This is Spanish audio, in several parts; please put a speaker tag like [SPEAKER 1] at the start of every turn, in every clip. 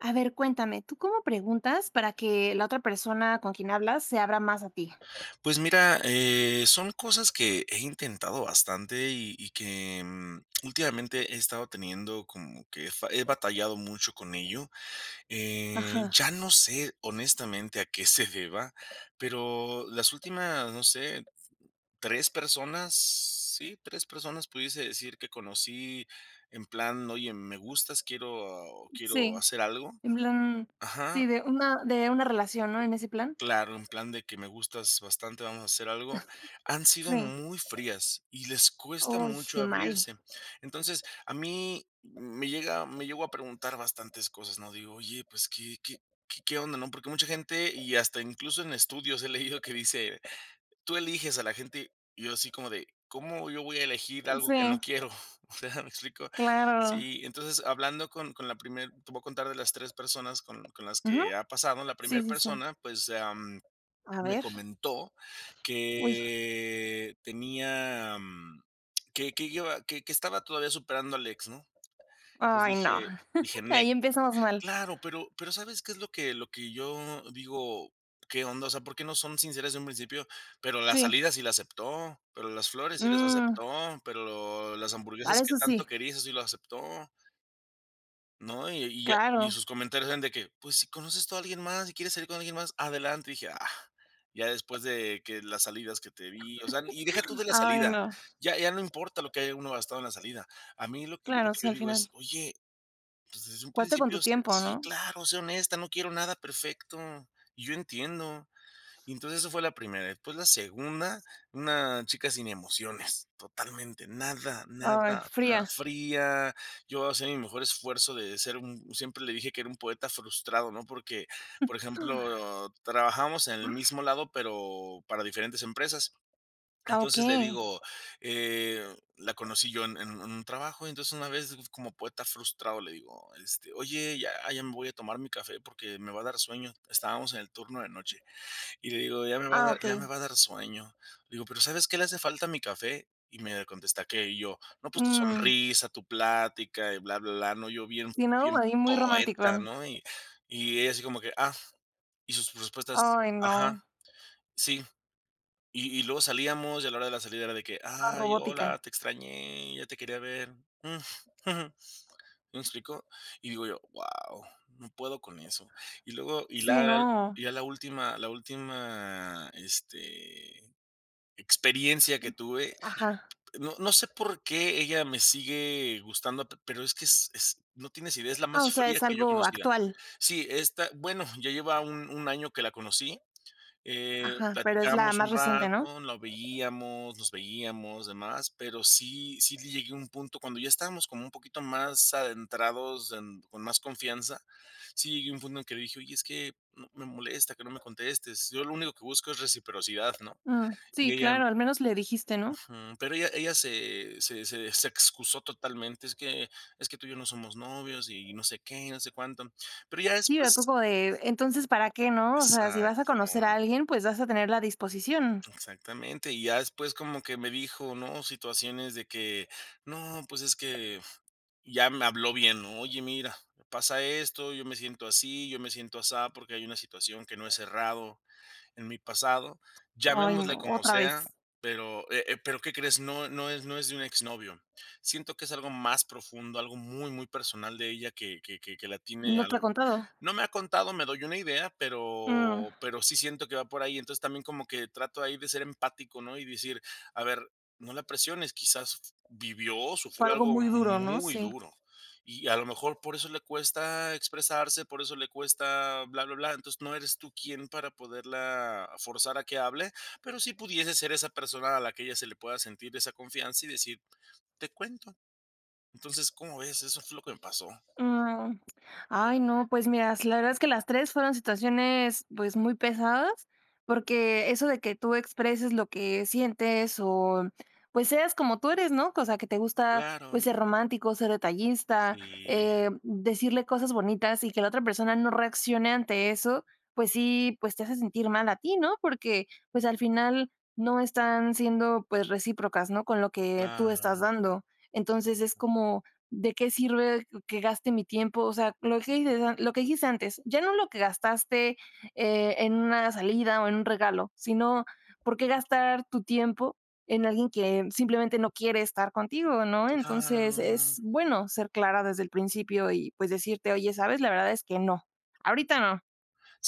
[SPEAKER 1] A ver, cuéntame, ¿tú cómo preguntas para que la otra persona con quien hablas se abra más a ti?
[SPEAKER 2] Pues mira, son cosas que he intentado bastante y que últimamente he estado teniendo como que he batallado mucho con ello. Eh,
[SPEAKER 1] Ajá,
[SPEAKER 2] ya no sé honestamente a qué se deba, pero las últimas, no sé, tres personas, sí, tres personas pudiese decir que conocí en plan, oye, me gustas, quiero, quiero
[SPEAKER 1] sí,
[SPEAKER 2] hacer algo.
[SPEAKER 1] en plan,
[SPEAKER 2] Ajá.
[SPEAKER 1] sí, de una relación, ¿no? En ese plan.
[SPEAKER 2] Claro, en plan de que me gustas bastante, vamos a hacer algo, han sido
[SPEAKER 1] Sí.
[SPEAKER 2] muy frías y les cuesta
[SPEAKER 1] Uy,
[SPEAKER 2] mucho
[SPEAKER 1] qué mal.
[SPEAKER 2] abrirse. Entonces, a mí me llego a preguntar bastantes cosas, ¿no? Digo: "Oye, pues, ¿qué onda?", ¿no? Porque mucha gente, y hasta incluso en estudios he leído que dice: "Tú eliges a la gente", y yo así como de: "¿Cómo yo voy a elegir algo
[SPEAKER 1] Sí,
[SPEAKER 2] que no quiero?". O sea, ¿me explico?
[SPEAKER 1] claro.
[SPEAKER 2] Sí, entonces, hablando con la primera, te voy a contar de las 3 personas con las
[SPEAKER 1] Ujú.
[SPEAKER 2] que ha pasado. La primera
[SPEAKER 1] Sí, sí, sí.
[SPEAKER 2] persona, pues,
[SPEAKER 1] A
[SPEAKER 2] me
[SPEAKER 1] ver.
[SPEAKER 2] comentó
[SPEAKER 1] Uy.
[SPEAKER 2] que tenía, que lleva que estaba todavía superando al ex, ¿no? Entonces
[SPEAKER 1] Ay, no.
[SPEAKER 2] dije dije: "Nel".
[SPEAKER 1] Ahí empezamos mal.
[SPEAKER 2] Claro, pero, ¿sabes qué es lo que yo digo? ¿Qué onda? O sea, ¿por qué no son sinceras de un principio? Pero la
[SPEAKER 1] Sí.
[SPEAKER 2] salida sí la aceptó, pero las flores sí las
[SPEAKER 1] Mm,
[SPEAKER 2] aceptó, pero las
[SPEAKER 1] para
[SPEAKER 2] hamburguesas que
[SPEAKER 1] eso
[SPEAKER 2] tanto
[SPEAKER 1] sí,
[SPEAKER 2] querías sí lo aceptó. No, y ya y
[SPEAKER 1] claro.
[SPEAKER 2] sus comentarios eran de que: "Pues, si conoces tú a alguien más y quieres salir con alguien más, adelante". Y dije: "Ah", ya después de que las salidas que te vi, o sea, y deja tú de la
[SPEAKER 1] Ay,
[SPEAKER 2] salida,
[SPEAKER 1] no.
[SPEAKER 2] ya ya no importa lo que haya uno gastado en la salida. A mí lo que lo
[SPEAKER 1] Claro,
[SPEAKER 2] que
[SPEAKER 1] sí,
[SPEAKER 2] yo
[SPEAKER 1] al
[SPEAKER 2] digo es:
[SPEAKER 1] final.
[SPEAKER 2] "Oye, pues, desde un
[SPEAKER 1] Cuesta con tu
[SPEAKER 2] principio, sé
[SPEAKER 1] tiempo,
[SPEAKER 2] sí,
[SPEAKER 1] ¿no?
[SPEAKER 2] claro, sé honesta, no quiero nada perfecto". Y yo entiendo. Y entonces eso fue la primera. Después la segunda, una chica sin emociones, totalmente, nada,
[SPEAKER 1] Ay,
[SPEAKER 2] nada, o sea,
[SPEAKER 1] fría.
[SPEAKER 2] fría. Yo hacía mi mejor esfuerzo de ser un, siempre le dije que era un poeta frustrado, ¿no? Porque, por ejemplo, trabajamos en el mismo lado, pero para diferentes empresas.
[SPEAKER 1] Ah, ok.
[SPEAKER 2] Entonces le digo, la conocí yo en un trabajo, entonces una vez como poeta frustrado le digo, oye, ya, ya me voy a tomar mi café porque me va a dar sueño. Estábamos en el turno de noche. Y le digo: "Ya me va a
[SPEAKER 1] Ah,
[SPEAKER 2] dar
[SPEAKER 1] ok.
[SPEAKER 2] ya me va a dar sueño". Le digo: "Pero, ¿sabes qué le hace falta a mi café?". Y me contesta que y yo: "No, pues tu
[SPEAKER 1] Mm.
[SPEAKER 2] sonrisa, tu plática y bla, bla, bla", ¿no? Yo bien
[SPEAKER 1] Sí,
[SPEAKER 2] bien
[SPEAKER 1] no, ahí muy
[SPEAKER 2] poeta,
[SPEAKER 1] romanticón.
[SPEAKER 2] ¿no? Y ella así como que: "Ah". Y sus respuestas
[SPEAKER 1] Ay, no,
[SPEAKER 2] ajá, sí. Y luego salíamos, y a la hora de la salida era de que:
[SPEAKER 1] toda
[SPEAKER 2] "Ay, hola,
[SPEAKER 1] robótica.
[SPEAKER 2] te extrañé, ya te quería ver". Mm. ¿Sí? ¿Me explico? Y digo yo, wow, no puedo con eso. Y luego,
[SPEAKER 1] Sí,
[SPEAKER 2] claro.
[SPEAKER 1] no.
[SPEAKER 2] Y ya la última, experiencia que tuve,
[SPEAKER 1] Ajá.
[SPEAKER 2] no, no sé por qué ella me sigue gustando, pero es que no tienes idea, es la
[SPEAKER 1] Ah,
[SPEAKER 2] más
[SPEAKER 1] o sea,
[SPEAKER 2] fría
[SPEAKER 1] es
[SPEAKER 2] que yo
[SPEAKER 1] algo
[SPEAKER 2] conocía.
[SPEAKER 1] actual.
[SPEAKER 2] Sí, esta, bueno, ya lleva un año que la conocí,
[SPEAKER 1] Ajá, pero es la
[SPEAKER 2] platicábamos
[SPEAKER 1] más
[SPEAKER 2] un
[SPEAKER 1] reciente, ¿no?
[SPEAKER 2] rato, lo veíamos, nos veíamos, demás, pero sí llegué a un punto cuando ya estábamos como un poquito más adentrados en con más confianza, sí llegué a un punto en que dije: "Oye, es que no me molesta que no me contestes, yo lo único que busco es reciprocidad", ¿no?
[SPEAKER 1] Mm,
[SPEAKER 2] Y
[SPEAKER 1] sí,
[SPEAKER 2] ella,
[SPEAKER 1] claro, al menos le dijiste, ¿no?
[SPEAKER 2] ujú, pero ella se excusó totalmente: "Es que tú y yo no somos novios y no sé qué, no sé cuánto". Pero ya
[SPEAKER 1] Sí, pero tú
[SPEAKER 2] después
[SPEAKER 1] como de, entonces, ¿para qué, no? O sea, si vas a
[SPEAKER 2] exacto.
[SPEAKER 1] conocer a alguien, pues vas a tener la disposición.
[SPEAKER 2] Exactamente, y ya después como que me dijo, ¿no? Situaciones de que, no, pues es que ya me habló bien, ¿no? Oye, mira, pasa esto, yo me siento así, yo me siento así porque hay una situación que no he cerrado en mi pasado,
[SPEAKER 1] Ay,
[SPEAKER 2] llamémosle
[SPEAKER 1] no,
[SPEAKER 2] como
[SPEAKER 1] otra vez.
[SPEAKER 2] sea, pero, pero ¿qué crees? No, no es de un exnovio. Siento que es algo más profundo, algo muy, muy personal de ella que la tiene,
[SPEAKER 1] No te ha contado.
[SPEAKER 2] no me ha contado, me doy una idea,
[SPEAKER 1] Mm,
[SPEAKER 2] pero sí siento que va por ahí. Entonces, también como que trato ahí de ser empático, ¿no? Y decir: "A ver, no la presiones, quizás vivió,
[SPEAKER 1] fue
[SPEAKER 2] sufrió
[SPEAKER 1] algo
[SPEAKER 2] algo
[SPEAKER 1] muy duro, ¿no?
[SPEAKER 2] muy
[SPEAKER 1] Sí.
[SPEAKER 2] duro, y a lo mejor por eso le cuesta expresarse, por eso le cuesta bla, bla, bla". Entonces, no eres tú quien para poderla forzar a que hable, pero sí pudiese ser esa persona a la que ella se le pueda sentir esa confianza y decir: "Te cuento". Entonces, ¿cómo ves? Eso fue lo que me pasó.
[SPEAKER 1] Mm, ay, no, pues mira, la verdad es que las 3 fueron situaciones, pues, muy pesadas, porque eso de que tú expreses lo que sientes o, pues, seas como tú eres, ¿no? O sea, que te gusta, pues,
[SPEAKER 2] Claro,
[SPEAKER 1] ser romántico, ser detallista,
[SPEAKER 2] sí,
[SPEAKER 1] decirle cosas bonitas y que la otra persona no reaccione ante eso, pues sí, pues, te hace sentir mal a ti, ¿no? Porque, pues, al final no están siendo, pues, recíprocas, ¿no? Con lo que tú estás
[SPEAKER 2] claro.
[SPEAKER 1] dando. Entonces, es como ¿de qué sirve que gaste mi tiempo? O sea, lo que dices a lo que dijiste antes, ya no lo que gastaste, en una salida o en un regalo, sino, ¿por qué gastar tu tiempo en alguien que simplemente no quiere estar contigo, no? Entonces,
[SPEAKER 2] Claro.
[SPEAKER 1] es bueno ser clara desde el principio y, pues, decirte: "Oye, ¿sabes? La verdad es que no, ahorita no",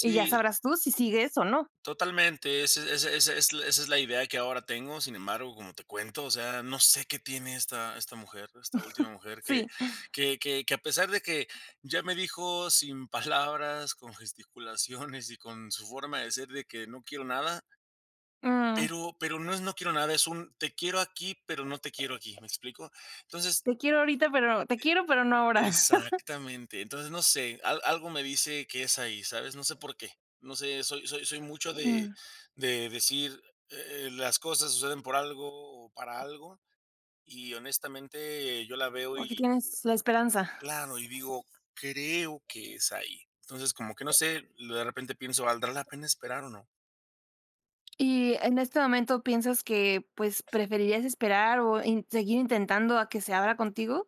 [SPEAKER 1] y ya sabrás tú si sigues o no.
[SPEAKER 2] totalmente. Esa es la idea que ahora tengo. Sin embargo, como te cuento, o sea, no sé qué tiene esta mujer, esta última mujer que
[SPEAKER 1] Sí,
[SPEAKER 2] que que que a pesar de que ya me dijo sin palabras, con gesticulaciones y con su forma de ser de que no quiero nada,
[SPEAKER 1] mm,
[SPEAKER 2] pero no es no quiero nada, es un te quiero aquí, pero no te quiero aquí, ¿me explico? Entonces,
[SPEAKER 1] te quiero ahorita, pero te quiero, pero no ahora.
[SPEAKER 2] exactamente. Entonces, no sé, al algo me dice que es ahí, ¿sabes? No sé por qué. No sé, soy mucho de
[SPEAKER 1] Mm,
[SPEAKER 2] decir, las cosas suceden por algo o para algo, y honestamente yo la veo
[SPEAKER 1] o que
[SPEAKER 2] y
[SPEAKER 1] tienes la esperanza.
[SPEAKER 2] claro, y digo, creo que es ahí. Entonces, como que no sé, de repente pienso, ¿valdrá la pena esperar o no?
[SPEAKER 1] Y en este momento, ¿piensas que, pues, preferirías esperar o in seguir intentando a que se abra contigo?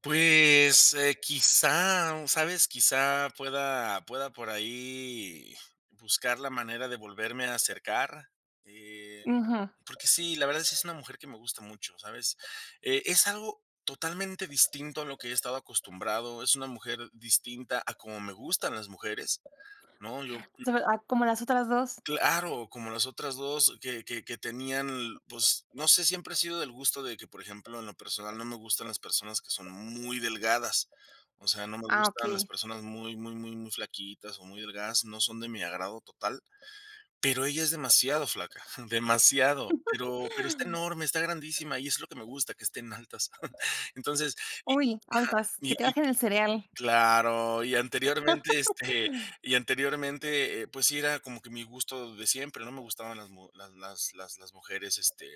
[SPEAKER 2] Pues, quizá, ¿sabes? Quizá pueda por ahí buscar la manera de volverme a acercar, eh
[SPEAKER 1] Ujú.
[SPEAKER 2] Porque sí, la verdad sí es una mujer que me gusta mucho, ¿sabes? Es algo totalmente distinto a lo que he estado acostumbrado, es una mujer distinta a como me gustan las mujeres, ¿no? Yo,
[SPEAKER 1] Sobre ah, ¿como las otras dos?
[SPEAKER 2] claro, como las otras dos que tenían, pues, no sé, siempre he sido del gusto de que, por ejemplo, en lo personal no me gustan las personas que son muy delgadas. O sea, no me
[SPEAKER 1] Ah,
[SPEAKER 2] gustan las
[SPEAKER 1] okey.
[SPEAKER 2] personas muy, muy, muy, muy flaquitas o muy delgadas, no son de mi agrado total. Pero ella es demasiado flaca, demasiado, pero está enorme, está grandísima, y es lo que me gusta, que estén altas. Entonces, y
[SPEAKER 1] Uy, altas,
[SPEAKER 2] y
[SPEAKER 1] que te
[SPEAKER 2] y
[SPEAKER 1] bajen el cereal.
[SPEAKER 2] claro, y anteriormente, pues sí era como que mi gusto de siempre, no me gustaban las mu las mujeres,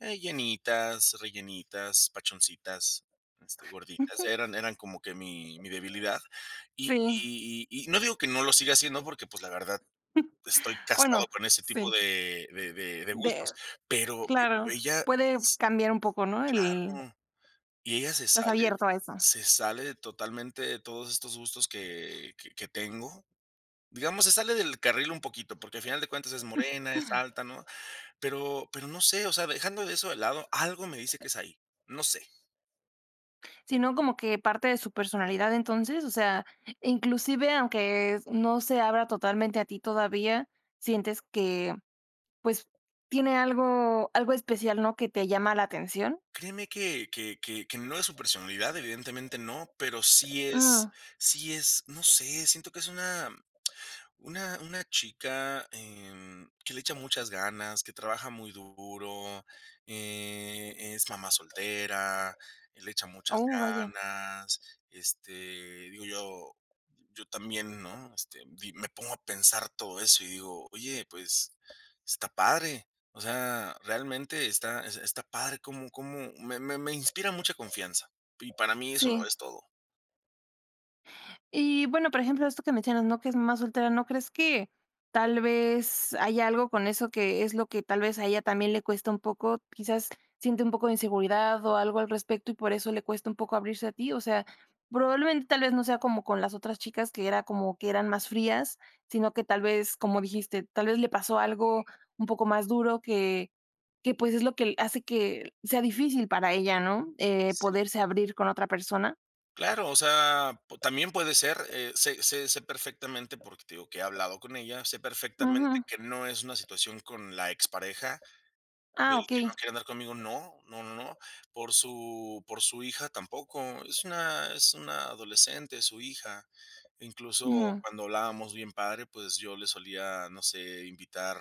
[SPEAKER 2] llenitas, rellenitas, pachoncitas, gorditas, eran como que mi debilidad. Y
[SPEAKER 1] Sí,
[SPEAKER 2] y y y no digo que no lo siga haciendo porque, pues, la verdad estoy casado
[SPEAKER 1] bueno,
[SPEAKER 2] con ese tipo
[SPEAKER 1] sí,
[SPEAKER 2] de
[SPEAKER 1] de
[SPEAKER 2] gustos, pero
[SPEAKER 1] claro,
[SPEAKER 2] ella
[SPEAKER 1] puede
[SPEAKER 2] s
[SPEAKER 1] cambiar un poco, ¿no? El
[SPEAKER 2] no, y ella se
[SPEAKER 1] estás
[SPEAKER 2] sale
[SPEAKER 1] abierto a eso.
[SPEAKER 2] se sale totalmente de todos estos gustos que tengo. Digamos, se sale del carril un poquito, porque al final de cuentas es morena, es alta, ¿no? Pero no sé, o sea, dejando de eso de lado, algo me dice que es ahí, no sé.
[SPEAKER 1] Sino como que parte de su personalidad, entonces, o sea, inclusive aunque no se abra totalmente a ti todavía, sientes que pues, tiene algo especial, ¿no?, que te llama la atención.
[SPEAKER 2] Créeme que no es su personalidad, evidentemente no, pero sí es
[SPEAKER 1] Mm,
[SPEAKER 2] sí es, no sé, siento que es una una chica, que le echa muchas ganas, que trabaja muy duro, es mamá soltera, le echa muchas
[SPEAKER 1] oh, vaya.
[SPEAKER 2] ganas, este, digo yo también, ¿no? Este, di me pongo a pensar todo eso y digo: "Oye, pues, está padre". O sea, realmente está padre, como me inspira mucha confianza, y para mí eso lo
[SPEAKER 1] Sí.
[SPEAKER 2] es todo.
[SPEAKER 1] Y bueno, por ejemplo, esto que mencionas, ¿no? Que es mamá soltera, ¿no crees que tal vez haya algo con eso que es lo que tal vez a ella también le cuesta un poco? Quizás siente un poco de inseguridad o algo al respecto y por eso le cuesta un poco abrirse a ti. O sea, probablemente tal vez no sea como con las otras chicas que era como que eran más frías, sino que tal vez, como dijiste, tal vez le pasó algo un poco más duro que pues es lo que hace que sea difícil para ella, ¿no?
[SPEAKER 2] Sí.
[SPEAKER 1] Poderse abrir con otra persona.
[SPEAKER 2] Claro, o sea, po también puede ser, sé perfectamente, porque te digo que he hablado con ella, sé perfectamente
[SPEAKER 1] Ujú.
[SPEAKER 2] que no es una situación con la expareja,
[SPEAKER 1] Ah,
[SPEAKER 2] del
[SPEAKER 1] ok.
[SPEAKER 2] que no quiere andar conmigo, no, no, no, no, por su hija tampoco, es una adolescente, su hija. Incluso
[SPEAKER 1] Ujú.
[SPEAKER 2] cuando hablábamos bien padre, pues, yo le solía, no sé, invitar,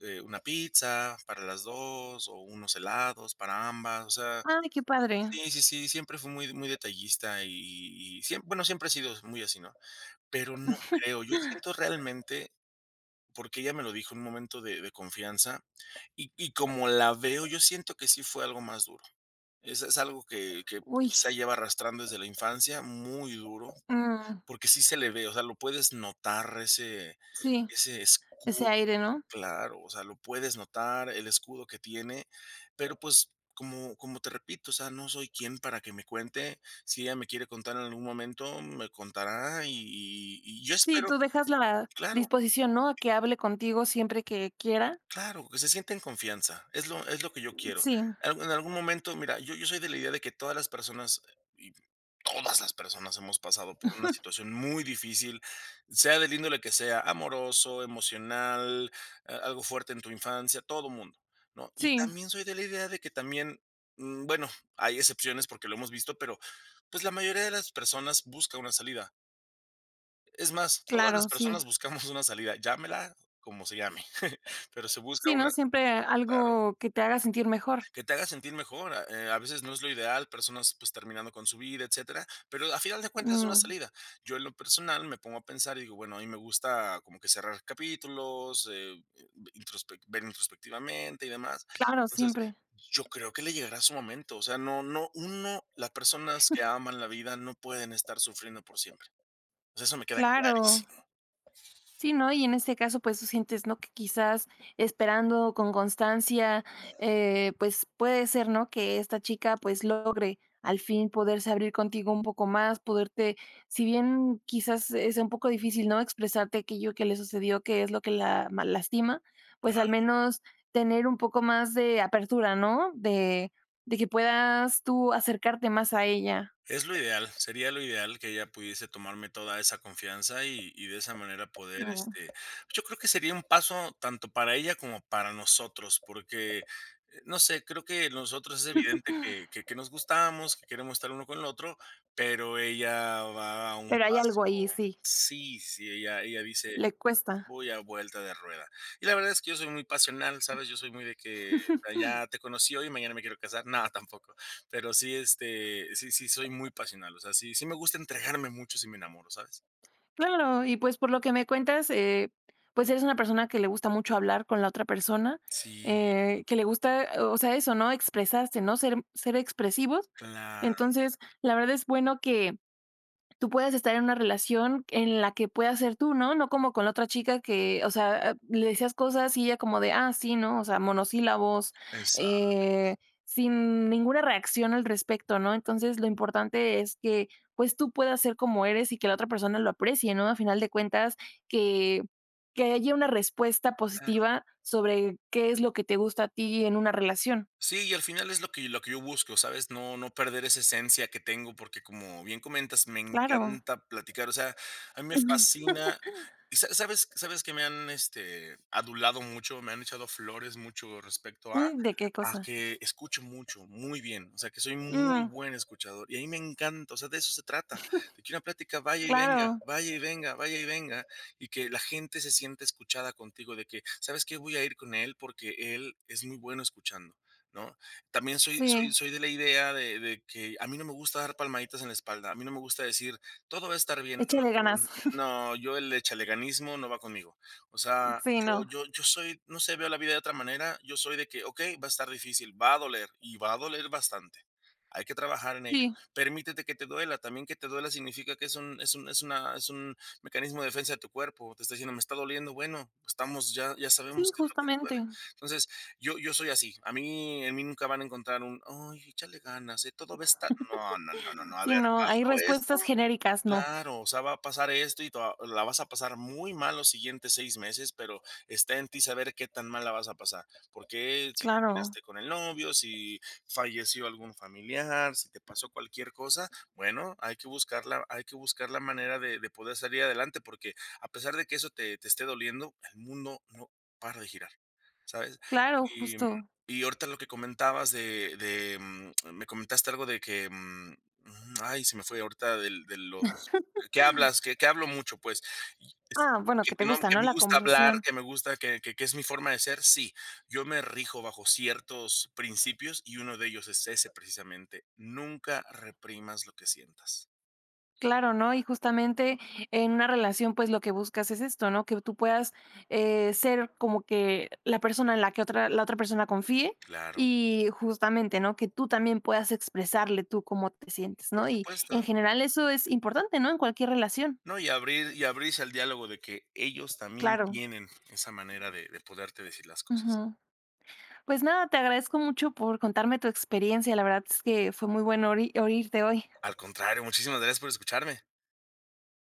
[SPEAKER 2] una pizza para las 2 o unos helados para ambas, o sea,
[SPEAKER 1] Ay, qué padre.
[SPEAKER 2] sí, sí, sí, siempre fui muy muy detallista y bueno, siempre he sido muy así, ¿no? Pero no creo, yo siento realmente, porque ella me lo dijo en un momento de confianza, y como la veo, yo siento que sí fue algo más duro. Es algo que
[SPEAKER 1] Uy,
[SPEAKER 2] quizá lleva arrastrando desde la infancia, muy duro,
[SPEAKER 1] mm,
[SPEAKER 2] porque sí se le ve, o sea, lo puedes notar ese
[SPEAKER 1] sí,
[SPEAKER 2] ese
[SPEAKER 1] ese
[SPEAKER 2] escudo.
[SPEAKER 1] aire, ¿no?
[SPEAKER 2] Claro, o sea, lo puedes notar, el escudo que tiene, pero pues como te repito, o sea, no soy quien para que me cuente. Si ella me quiere contar en algún momento, me contará y yo
[SPEAKER 1] Sí,
[SPEAKER 2] espero,
[SPEAKER 1] tú dejas la
[SPEAKER 2] claro,
[SPEAKER 1] disposición, ¿no? A que hable contigo siempre que quiera.
[SPEAKER 2] claro, que se sienta en confianza. Es lo que yo quiero.
[SPEAKER 1] Sí,
[SPEAKER 2] En algún momento, mira, yo soy de la idea de que todas las personas hemos pasado por una situación muy difícil, sea del índole que sea, amoroso, emocional, algo fuerte en tu infancia, todo mundo, ¿no? Y
[SPEAKER 1] sí,
[SPEAKER 2] también soy de la idea de que también, bueno, hay excepciones porque lo hemos visto, pero pues la mayoría de las personas busca una salida. Es más, todas las
[SPEAKER 1] claro, sí.
[SPEAKER 2] personas buscamos una salida, llámela como se llame, pero se busca
[SPEAKER 1] Sí, ¿no?
[SPEAKER 2] una,
[SPEAKER 1] Siempre
[SPEAKER 2] claro.
[SPEAKER 1] algo que te haga sentir mejor.
[SPEAKER 2] Que te haga sentir mejor, a veces no es lo ideal, personas, pues, terminando con su vida, etcétera, pero a final de cuentas es una
[SPEAKER 1] Mm,
[SPEAKER 2] salida. Yo en lo personal me pongo a pensar y digo, bueno, a mí me gusta como que cerrar capítulos, introspec ver introspectivamente y demás.
[SPEAKER 1] claro,
[SPEAKER 2] Entonces,
[SPEAKER 1] siempre.
[SPEAKER 2] yo creo que le llegará su momento, o sea, no no uno las personas que aman la vida no pueden estar sufriendo por siempre. O sea, eso me queda
[SPEAKER 1] Claro.
[SPEAKER 2] clarísimo.
[SPEAKER 1] Sí, ¿no? Y en este caso, pues, tú sientes, ¿no? Que quizás esperando con constancia, pues, puede ser, ¿no? Que esta chica, pues, logre al fin poderse abrir contigo un poco más, poderte, si bien quizás es un poco difícil, ¿no? Expresarte aquello que le sucedió, que es lo que lastima, pues al
[SPEAKER 2] Claro.
[SPEAKER 1] menos tener un poco más de apertura, ¿no? De que puedas tú acercarte más a ella.
[SPEAKER 2] Es lo ideal, sería lo ideal que ella pudiese tomarme toda esa confianza y de esa manera poder,
[SPEAKER 1] ¿No?
[SPEAKER 2] yo creo que sería un paso tanto para ella como para nosotros, porque, no sé, creo que nosotros es evidente que que nos gustamos, que queremos estar uno con el otro, pero ella va a un
[SPEAKER 1] Pero hay
[SPEAKER 2] paso.
[SPEAKER 1] algo ahí, sí,
[SPEAKER 2] Sí, sí, ella dice:
[SPEAKER 1] le cuesta.
[SPEAKER 2] "Voy a vuelta de rueda". Y la verdad es que yo soy muy pasional, ¿sabes? Yo soy muy de que ya te conocí hoy, mañana me quiero casar. Nada tampoco. Pero sí, sí, sí, soy muy pasional. O sea, sí, sí me gusta entregarme mucho si me enamoro, ¿sabes?
[SPEAKER 1] Claro, y pues por lo que me cuentas, pues eres una persona que le gusta mucho hablar con la otra persona,
[SPEAKER 2] Sí,
[SPEAKER 1] que le gusta, o sea, eso, ¿no? Expresarse, ¿no? Ser, ser expresivos.
[SPEAKER 2] claro,
[SPEAKER 1] Entonces, la verdad es bueno que tú puedes estar en una relación en la que puedas ser tú, ¿no? No como con la otra chica que, o sea, ah, le decías cosas y ella como de, ah, sí, ¿no? O sea, monosílabos,
[SPEAKER 2] exacto.
[SPEAKER 1] eh, sin ninguna reacción al respecto, ¿no? Entonces, lo importante es que, pues, tú puedas ser como eres y que la otra persona lo aprecie, ¿no? A final de cuentas, que haya una respuesta positiva sobre qué es lo que te gusta a ti en una relación.
[SPEAKER 2] Sí, y al final es lo que yo busco, ¿sabes? No, no perder esa esencia que tengo, porque como bien comentas, me
[SPEAKER 1] Claro.
[SPEAKER 2] encanta platicar. O sea, a mí me fascina. Y sabes que me han adulado mucho, me han echado flores mucho respecto a.
[SPEAKER 1] Mm, ¿de qué
[SPEAKER 2] a
[SPEAKER 1] cosa?
[SPEAKER 2] que escucho mucho, muy bien, o sea, que soy muy
[SPEAKER 1] Mm,
[SPEAKER 2] buen escuchador y a mí me encanta, o sea, de eso se trata, de que una plática vaya y venga,
[SPEAKER 1] claro.
[SPEAKER 2] vaya y venga, vaya y venga, y que la gente se sienta escuchada contigo, de que, ¿sabes qué? Voy a ir con él porque él es muy bueno escuchando. ¿No? También soy, soy,
[SPEAKER 1] Sí,
[SPEAKER 2] soy de la idea de que a mí no me gusta dar palmaditas en la espalda, a mí no me gusta decir todo va a estar bien.
[SPEAKER 1] échale
[SPEAKER 2] Mm, mm,
[SPEAKER 1] ganas.
[SPEAKER 2] no, yo el echaleganismo no va conmigo. O sea,
[SPEAKER 1] Sí,
[SPEAKER 2] yo
[SPEAKER 1] no.
[SPEAKER 2] yo yo soy, no sé, veo la vida de otra manera. Yo soy de que, okey, va a estar difícil, va a doler y va a doler bastante. Hay que trabajar en ello.
[SPEAKER 1] Sí,
[SPEAKER 2] Permítete que te duela; también, que te duela significa que es un mecanismo de defensa de tu cuerpo. Te está diciendo: "Me está doliendo". Bueno, estamos ya ya sabemos
[SPEAKER 1] sí,
[SPEAKER 2] qué es lo que nos duele.
[SPEAKER 1] justamente.
[SPEAKER 2] Entonces, yo soy así. A mí en mí nunca van a encontrar un: "Ay, échale ganas, todo va a estar". No, no, no, no, no. A
[SPEAKER 1] Sí,
[SPEAKER 2] ver,
[SPEAKER 1] no, hay
[SPEAKER 2] pasó esto.
[SPEAKER 1] respuestas genéricas, no.
[SPEAKER 2] Claro, o sea, va a pasar esto y toa la vas a pasar muy mal los siguientes 6 meses, pero está en ti saber qué tan mal la vas a pasar, porque si
[SPEAKER 1] Claro,
[SPEAKER 2] terminaste con el novio, si falleció algún familiar, si te pasó cualquier cosa, bueno, hay que buscar la manera de poder salir adelante, porque a pesar de que eso te esté doliendo, el mundo no para de girar, ¿sabes?
[SPEAKER 1] claro,
[SPEAKER 2] Y
[SPEAKER 1] justo.
[SPEAKER 2] y ahorita lo que comentabas me comentaste algo de que. Ujú, ay, se me fue ahorita del de los que hablas, que hablo mucho, pues, y es
[SPEAKER 1] Ah, bueno, que
[SPEAKER 2] que
[SPEAKER 1] te
[SPEAKER 2] no
[SPEAKER 1] gusta,
[SPEAKER 2] que
[SPEAKER 1] ¿no?
[SPEAKER 2] me
[SPEAKER 1] La
[SPEAKER 2] gusta hablar,
[SPEAKER 1] conversación.
[SPEAKER 2] que me gusta, que es mi forma de ser. Sí, yo me rijo bajo ciertos principios, y uno de ellos es ese precisamente: nunca reprimas lo que sientas.
[SPEAKER 1] Claro, ¿no? Y justamente en una relación, pues lo que buscas es esto, ¿no? Que tú puedas ser como que la persona en la que otra, la otra persona confíe
[SPEAKER 2] Claro,
[SPEAKER 1] y justamente, ¿no? Que tú también puedas expresarle tú cómo te sientes,
[SPEAKER 2] por
[SPEAKER 1] ¿no? Y en
[SPEAKER 2] supuesto.
[SPEAKER 1] general eso es importante, ¿no? En cualquier relación.
[SPEAKER 2] No, y abrirse al diálogo de que ellos también
[SPEAKER 1] Claro.
[SPEAKER 2] tienen esa manera de poderte decir las cosas.
[SPEAKER 1] Ujú. Pues nada, te agradezco mucho por contarme tu experiencia. La verdad es que fue muy bueno oírte hoy.
[SPEAKER 2] Al contrario, muchísimas gracias por escucharme.